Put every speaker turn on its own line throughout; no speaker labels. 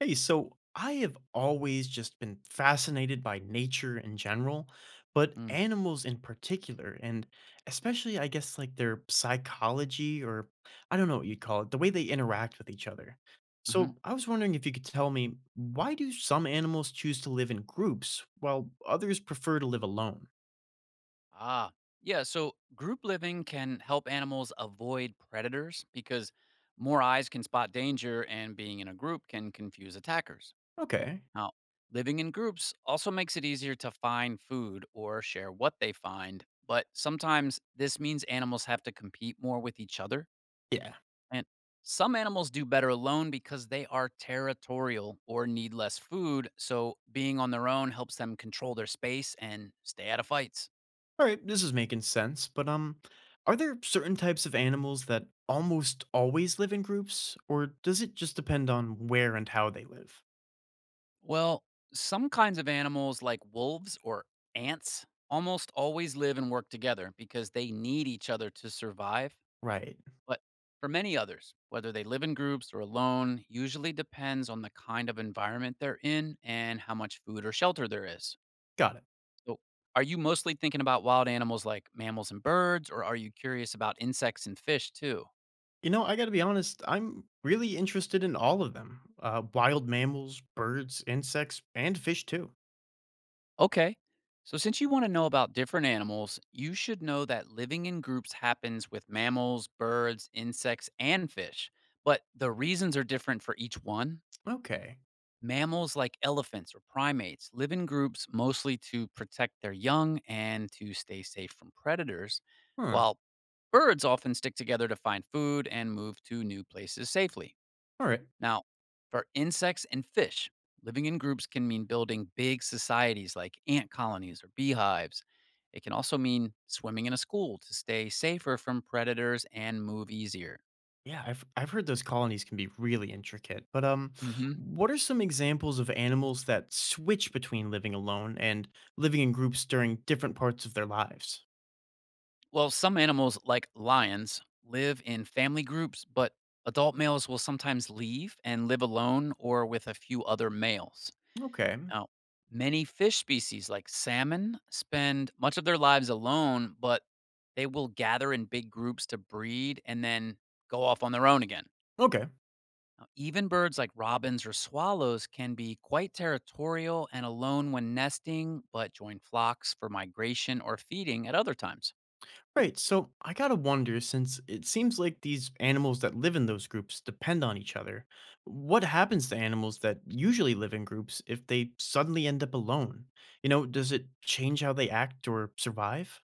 Hey, so I have always just been fascinated by nature in general, but
Mm,
animals in particular, and especially, I guess, like their psychology or I don't know what you'd call it, the way they interact with each other.
hmm
So I was wondering if you could tell me, why do some animals choose to live in groups while others prefer to live alone?
Ah, yeah. So group living can help animals avoid predators because more eyes can spot danger, and being in a group can confuse attackers.
Okay.
Now, living in groups also makes it easier to find food or share what they find, but sometimes this means animals have to compete more with each other.
Yeah.
And some animals do better alone because they are territorial or need less food, so being on their own helps them control their space and stay out of fights.
All right, this is making sense, but are there certain types of animals that almost always live in groups, or does it just depend on where and how they live?
Well, some kinds of animals, like wolves or ants, almost always live and work together because they need each other to survive.
Right,
But for many others, whether they live in groups or alone, usually depends on the kind of environment they're in and how much food or shelter there is.
got it.
So, are you mostly thinking about wild animals like mammals and birds, or are you curious about insects and fish too?
You know, I gotta be honest, I'm really interested in all of them. Wild mammals, birds, insects, and fish too.
Okay. So, since you want to know about different animals, you should know that living in groups happens with mammals, birds, insects, and fish. But the reasons are different for each one.
Okay,
Mammals like elephants or primates live in groups mostly to protect their young and to stay safe from predators,
huh,
while birds often stick together to find food and move to new places safely.
all right.
Now, for insects and fish, living in groups can mean building big societies like ant colonies or beehives. It can also mean swimming in a school to stay safer from predators and move easier.
Yeah, I've heard those colonies can be really intricate, but
hmm
what are some examples of animals that switch between living alone and living in groups during different parts of their lives?
Well, some animals, like lions, live in family groups, but adult males will sometimes leave and live alone or with a few other males.
Okay.
Now, many fish species like salmon spend much of their lives alone, but they will gather in big groups to breed and then go off on their own again.
Okay.
Now, even birds like robins or swallows can be quite territorial and alone when nesting, but join flocks for migration or feeding at other times.
Right. So I gotta wonder, since it seems like these animals that live in those groups depend on each other, what happens to animals that usually live in groups if they suddenly end up alone? You know, does it change how they act or survive?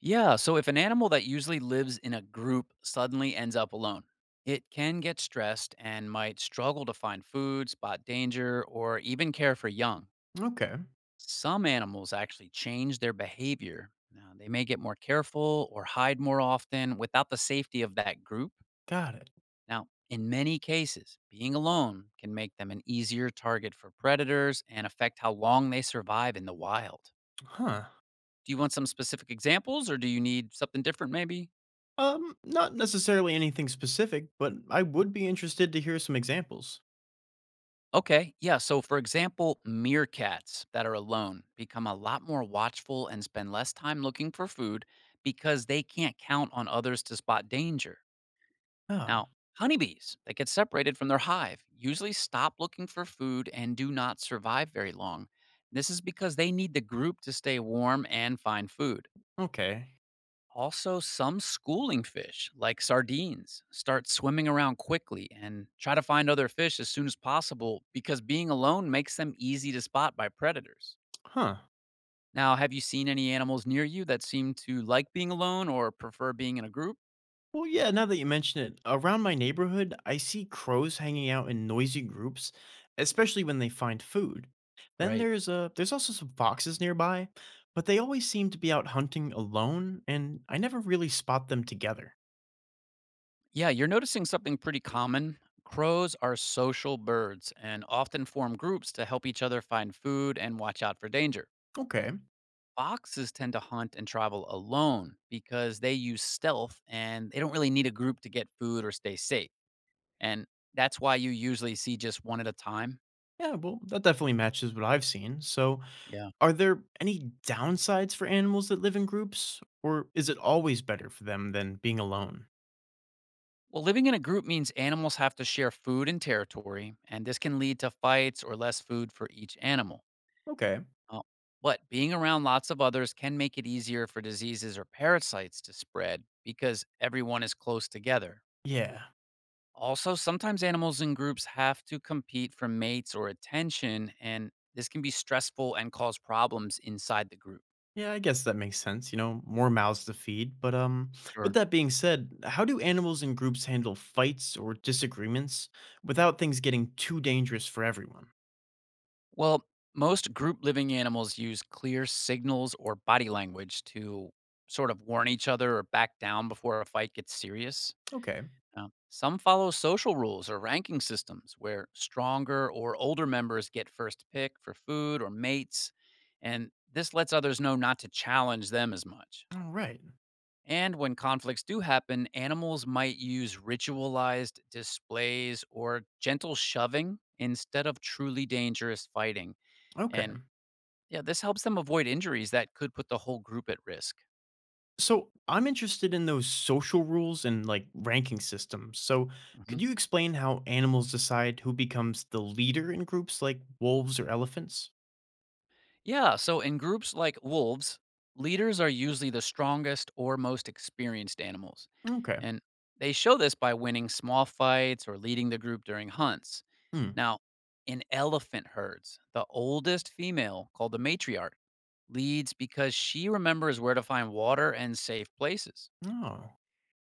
Yeah, so if an animal that usually lives in a group suddenly ends up alone, it can get stressed and might struggle to find food, spot danger, or even care for young.
Okay.
Some animals actually change their behavior. Now, they may get more careful or hide more often without the safety of that group.
Got it.
Now, in many cases, being alone can make them an easier target for predators and affect how long they survive in the wild.
Huh.
Do you want some specific examples or do you need something different maybe?
Not necessarily anything specific, but I would be interested to hear some examples.
Okay, yeah. So, for example, meerkats that are alone become a lot more watchful and spend less time looking for food because they can't count on others to spot danger.
Ah,
Now, honeybees that get separated from their hive usually stop looking for food and do not survive very long. This is because they need the group to stay warm and find food.
okay.
Also, some schooling fish, like sardines, start swimming around quickly and try to find other fish as soon as possible because being alone makes them easy to spot by predators.
Huh.
Now, have you seen any animals near you that seem to like being alone or prefer being in a group?
Well, yeah, now that you mention it, around my neighborhood, I see crows hanging out in noisy groups, especially when they find food. Then
Right.
there's also some foxes nearby, but they always seem to be out hunting alone and I never really spot them together.
Yeah, you're noticing something pretty common. Crows are social birds and often form groups to help each other find food and watch out for danger.
Okay.
Foxes tend to hunt and travel alone because they use stealth and they don't really need a group to get food or stay safe. And that's why you usually see just one at a time.
Yeah, well, that definitely matches what I've seen. So,
Yeah.
are there any downsides for animals that live in groups, or is it always better for them than being alone?
Well, living in a group means animals have to share food and territory, and this can lead to fights or less food for each animal.
Okay.
Uh, but being around lots of others can make it easier for diseases or parasites to spread because everyone is close together.
Yeah.
Also, sometimes animals in groups have to compete for mates or attention, and this can be stressful and cause problems inside the group.
Yeah, I guess that makes sense. You know, more mouths to feed. But with
Sure.
that being said, how do animals and groups handle fights or disagreements without things getting too dangerous for everyone?
Well, most group living animals use clear signals or body language to sort of warn each other or back down before a fight gets serious.
Okay.
Some follow social rules or ranking systems where stronger or older members get first pick for food or mates, and this lets others know not to challenge them as much.
All right.
And when conflicts do happen, animals might use ritualized displays or gentle shoving instead of truly dangerous fighting.
Okay.
And yeah, this helps them avoid injuries that could put the whole group at risk.
So I'm interested in those social rules and like ranking systems. So
Mm-hmm.
could you explain how animals decide who becomes the leader in groups like wolves or elephants?
Yeah, so in groups like wolves, leaders are usually the strongest or most experienced animals,
Okay.
and they show this by winning small fights or leading the group during hunts.
Hmm.
Now, in elephant herds, the oldest female, called the matriarch, leads because she remembers where to find water and safe places.
Oh.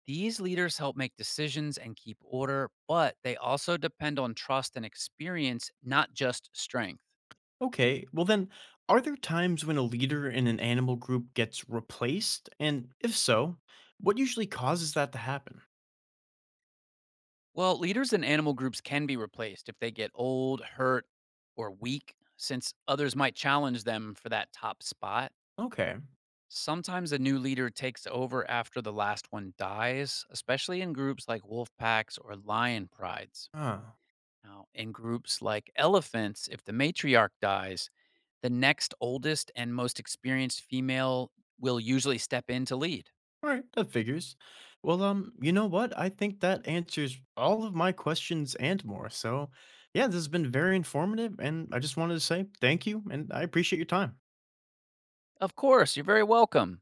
These leaders help make decisions and keep order, but they also depend on trust and experience, not just strength.
Okay, well then, are there times when a leader in an animal group gets replaced? And if so, what usually causes that to happen?
Well, leaders in animal groups can be replaced if they get old, hurt, or weak, since others might challenge them for that top spot.
Okay.
Sometimes a new leader takes over after the last one dies, especially in groups like wolf packs or lion prides.
Ah.
Now, in groups like elephants, if the matriarch dies, the next oldest and most experienced female will usually step in to lead.
All right, that figures. Well, you know what? I think that answers all of my questions and more. So, yeah, this has been very informative, and I just wanted to say thank you, and I appreciate your time.
Of course, you're very welcome.